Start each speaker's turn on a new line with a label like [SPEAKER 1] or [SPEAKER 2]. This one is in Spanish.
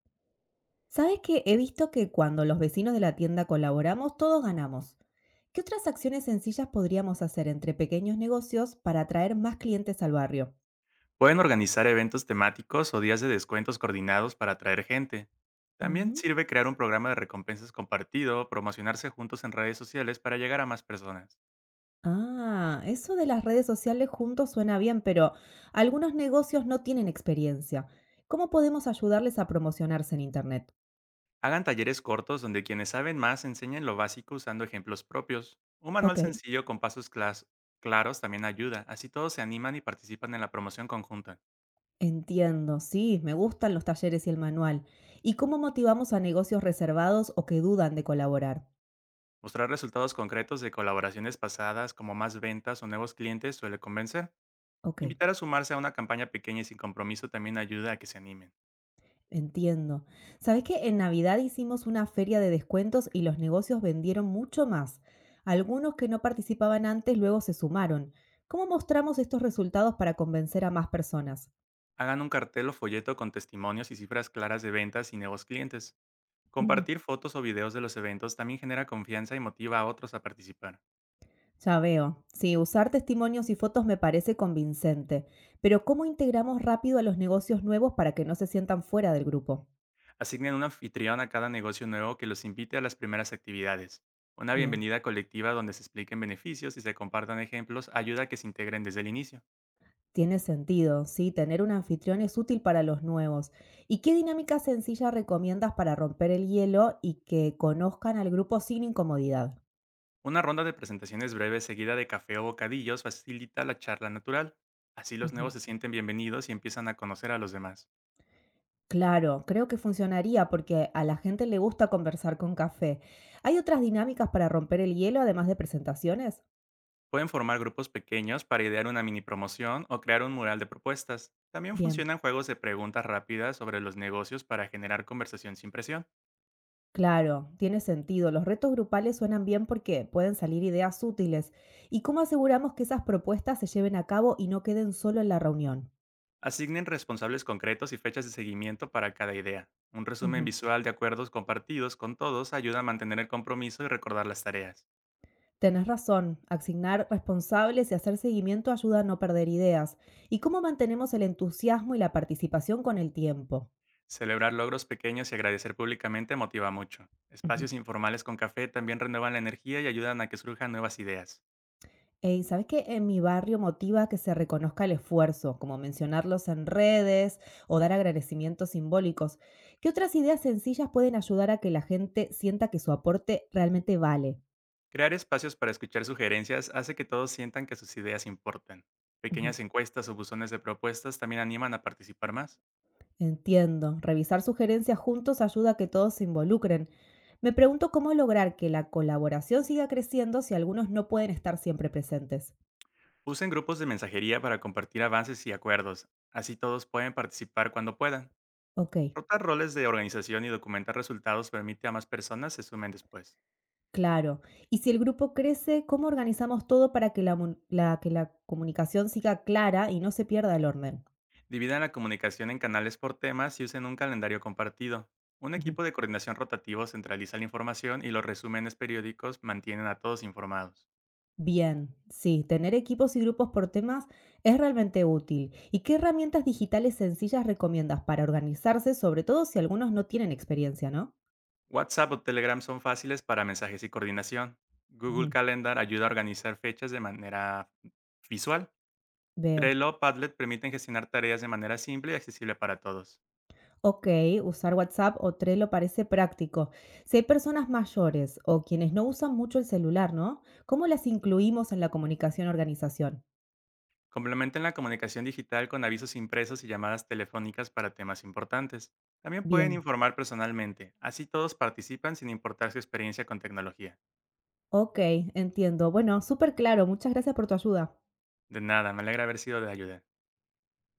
[SPEAKER 1] ¿Sabes qué? He visto que cuando los vecinos de la tienda colaboramos, todos ganamos. ¿Qué otras acciones sencillas podríamos hacer entre pequeños negocios para atraer más clientes al barrio?
[SPEAKER 2] Pueden organizar eventos temáticos o días de descuentos coordinados para atraer gente. También
[SPEAKER 1] Ujú.
[SPEAKER 2] sirve crear un programa de recompensas compartido, promocionarse juntos en redes sociales para llegar a más personas.
[SPEAKER 1] Ah, eso de las redes sociales juntos suena bien, pero algunos negocios no tienen experiencia. ¿Cómo podemos ayudarles a promocionarse en Internet?
[SPEAKER 2] Hagan talleres cortos donde quienes saben más enseñen lo básico usando ejemplos propios. Un manual
[SPEAKER 1] Ok,
[SPEAKER 2] sencillo con claros también ayuda, así todos se animan y participan en la promoción conjunta.
[SPEAKER 1] entiendo, sí, me gustan los talleres y el manual. ¿Y cómo motivamos a negocios reservados o que dudan de colaborar?
[SPEAKER 2] Mostrar resultados concretos de colaboraciones pasadas como más ventas o nuevos clientes suele convencer.
[SPEAKER 1] Ok.
[SPEAKER 2] Invitar a sumarse a una campaña pequeña y sin compromiso también ayuda a que se animen.
[SPEAKER 1] Entiendo. ¿Sabes que en Navidad hicimos una feria de descuentos y los negocios vendieron mucho más? Algunos que no participaban antes luego se sumaron. ¿Cómo mostramos estos resultados para convencer a más personas?
[SPEAKER 2] Hagan un cartel o folleto con testimonios y cifras claras de ventas y nuevos clientes.
[SPEAKER 1] Ujú.
[SPEAKER 2] Compartir fotos o videos de los eventos también genera confianza y motiva a otros a participar.
[SPEAKER 1] Ya veo. Sí, usar testimonios y fotos me parece convincente, pero ¿cómo integramos rápido a los negocios nuevos para que no se sientan fuera del grupo?
[SPEAKER 2] Asignen un anfitrión a cada negocio nuevo que los invite a las primeras actividades. Una
[SPEAKER 1] Bien.
[SPEAKER 2] bienvenida colectiva donde se expliquen beneficios y se compartan ejemplos ayuda a que se integren desde el inicio.
[SPEAKER 1] Tiene sentido, sí, tener un anfitrión es útil para los nuevos. ¿Y qué dinámica sencilla recomiendas para romper el hielo y que conozcan al grupo sin incomodidad?
[SPEAKER 2] Una ronda de presentaciones breves seguida de café o bocadillos facilita la charla natural. Así los
[SPEAKER 1] Ujú.
[SPEAKER 2] nuevos se sienten bienvenidos y empiezan a conocer a los demás.
[SPEAKER 1] Claro, creo que funcionaría porque a la gente le gusta conversar con café. ¿Hay otras dinámicas para romper el hielo además de presentaciones?
[SPEAKER 2] Pueden formar grupos pequeños para idear una mini promoción o crear un mural de propuestas. También
[SPEAKER 1] Bien,
[SPEAKER 2] funcionan juegos de preguntas rápidas sobre los negocios para generar conversación sin presión.
[SPEAKER 1] claro, tiene sentido. Los retos grupales suenan bien porque pueden salir ideas útiles. ¿Y cómo aseguramos que esas propuestas se lleven a cabo y no queden solo en la reunión?
[SPEAKER 2] Asignen responsables concretos y fechas de seguimiento para cada idea. Un resumen
[SPEAKER 1] Ujú.
[SPEAKER 2] visual de acuerdos compartidos con todos ayuda a mantener el compromiso y recordar las tareas.
[SPEAKER 1] Tenés razón, asignar responsables y hacer seguimiento ayuda a no perder ideas. ¿Y cómo mantenemos el entusiasmo y la participación con el tiempo?
[SPEAKER 2] Celebrar logros pequeños y agradecer públicamente motiva mucho.
[SPEAKER 1] Ujú.
[SPEAKER 2] Espacios informales con café también renuevan la energía y ayudan a que surjan nuevas ideas.
[SPEAKER 1] Ey, ¿sabés qué? En mi barrio motiva que se reconozca el esfuerzo, como mencionarlos en redes o dar agradecimientos simbólicos. ¿Qué otras ideas sencillas pueden ayudar a que la gente sienta que su aporte realmente vale?
[SPEAKER 2] Crear espacios para escuchar sugerencias hace que todos sientan que sus ideas importan.
[SPEAKER 1] Ujú.
[SPEAKER 2] Pequeñas encuestas o buzones de propuestas también animan a participar más.
[SPEAKER 1] Entiendo. Revisar sugerencias juntos ayuda a que todos se involucren. Me pregunto cómo lograr que la colaboración siga creciendo si algunos no pueden estar siempre presentes.
[SPEAKER 2] Usen grupos de mensajería para compartir avances y acuerdos, así todos pueden participar cuando puedan.
[SPEAKER 1] Ok,
[SPEAKER 2] Rotar roles de organización y documentar resultados permite a más personas se sumen después.
[SPEAKER 1] claro. Y si el grupo crece, ¿cómo organizamos todo para que la comunicación siga clara y no se pierda el orden?
[SPEAKER 2] Dividan la comunicación en canales por temas y usen un calendario compartido. Un
[SPEAKER 1] Ujú.
[SPEAKER 2] equipo de coordinación rotativo centraliza la información y los resúmenes periódicos mantienen a todos informados.
[SPEAKER 1] Bien, sí, tener equipos y grupos por temas es realmente útil. ¿Y qué herramientas digitales sencillas recomiendas para organizarse, sobre todo si algunos no tienen experiencia, ¿no?
[SPEAKER 2] WhatsApp o Telegram son fáciles para mensajes y coordinación. Google
[SPEAKER 1] Ujú,
[SPEAKER 2] Calendar ayuda a organizar fechas de manera visual.
[SPEAKER 1] veo.
[SPEAKER 2] Trello o Padlet permiten gestionar tareas de manera simple y accesible para todos.
[SPEAKER 1] Ok, usar WhatsApp o Trello parece práctico. Si hay personas mayores o quienes no usan mucho el celular, ¿no? ¿Cómo las incluimos en la comunicación organización?
[SPEAKER 2] Complementen la comunicación digital con avisos impresos y llamadas telefónicas para temas importantes. También pueden
[SPEAKER 1] Bien.
[SPEAKER 2] informar personalmente, así todos participan sin importar su experiencia con tecnología.
[SPEAKER 1] Ok, entiendo. Bueno, súper claro. Muchas gracias por tu ayuda.
[SPEAKER 2] De nada, me alegra haber sido de ayuda.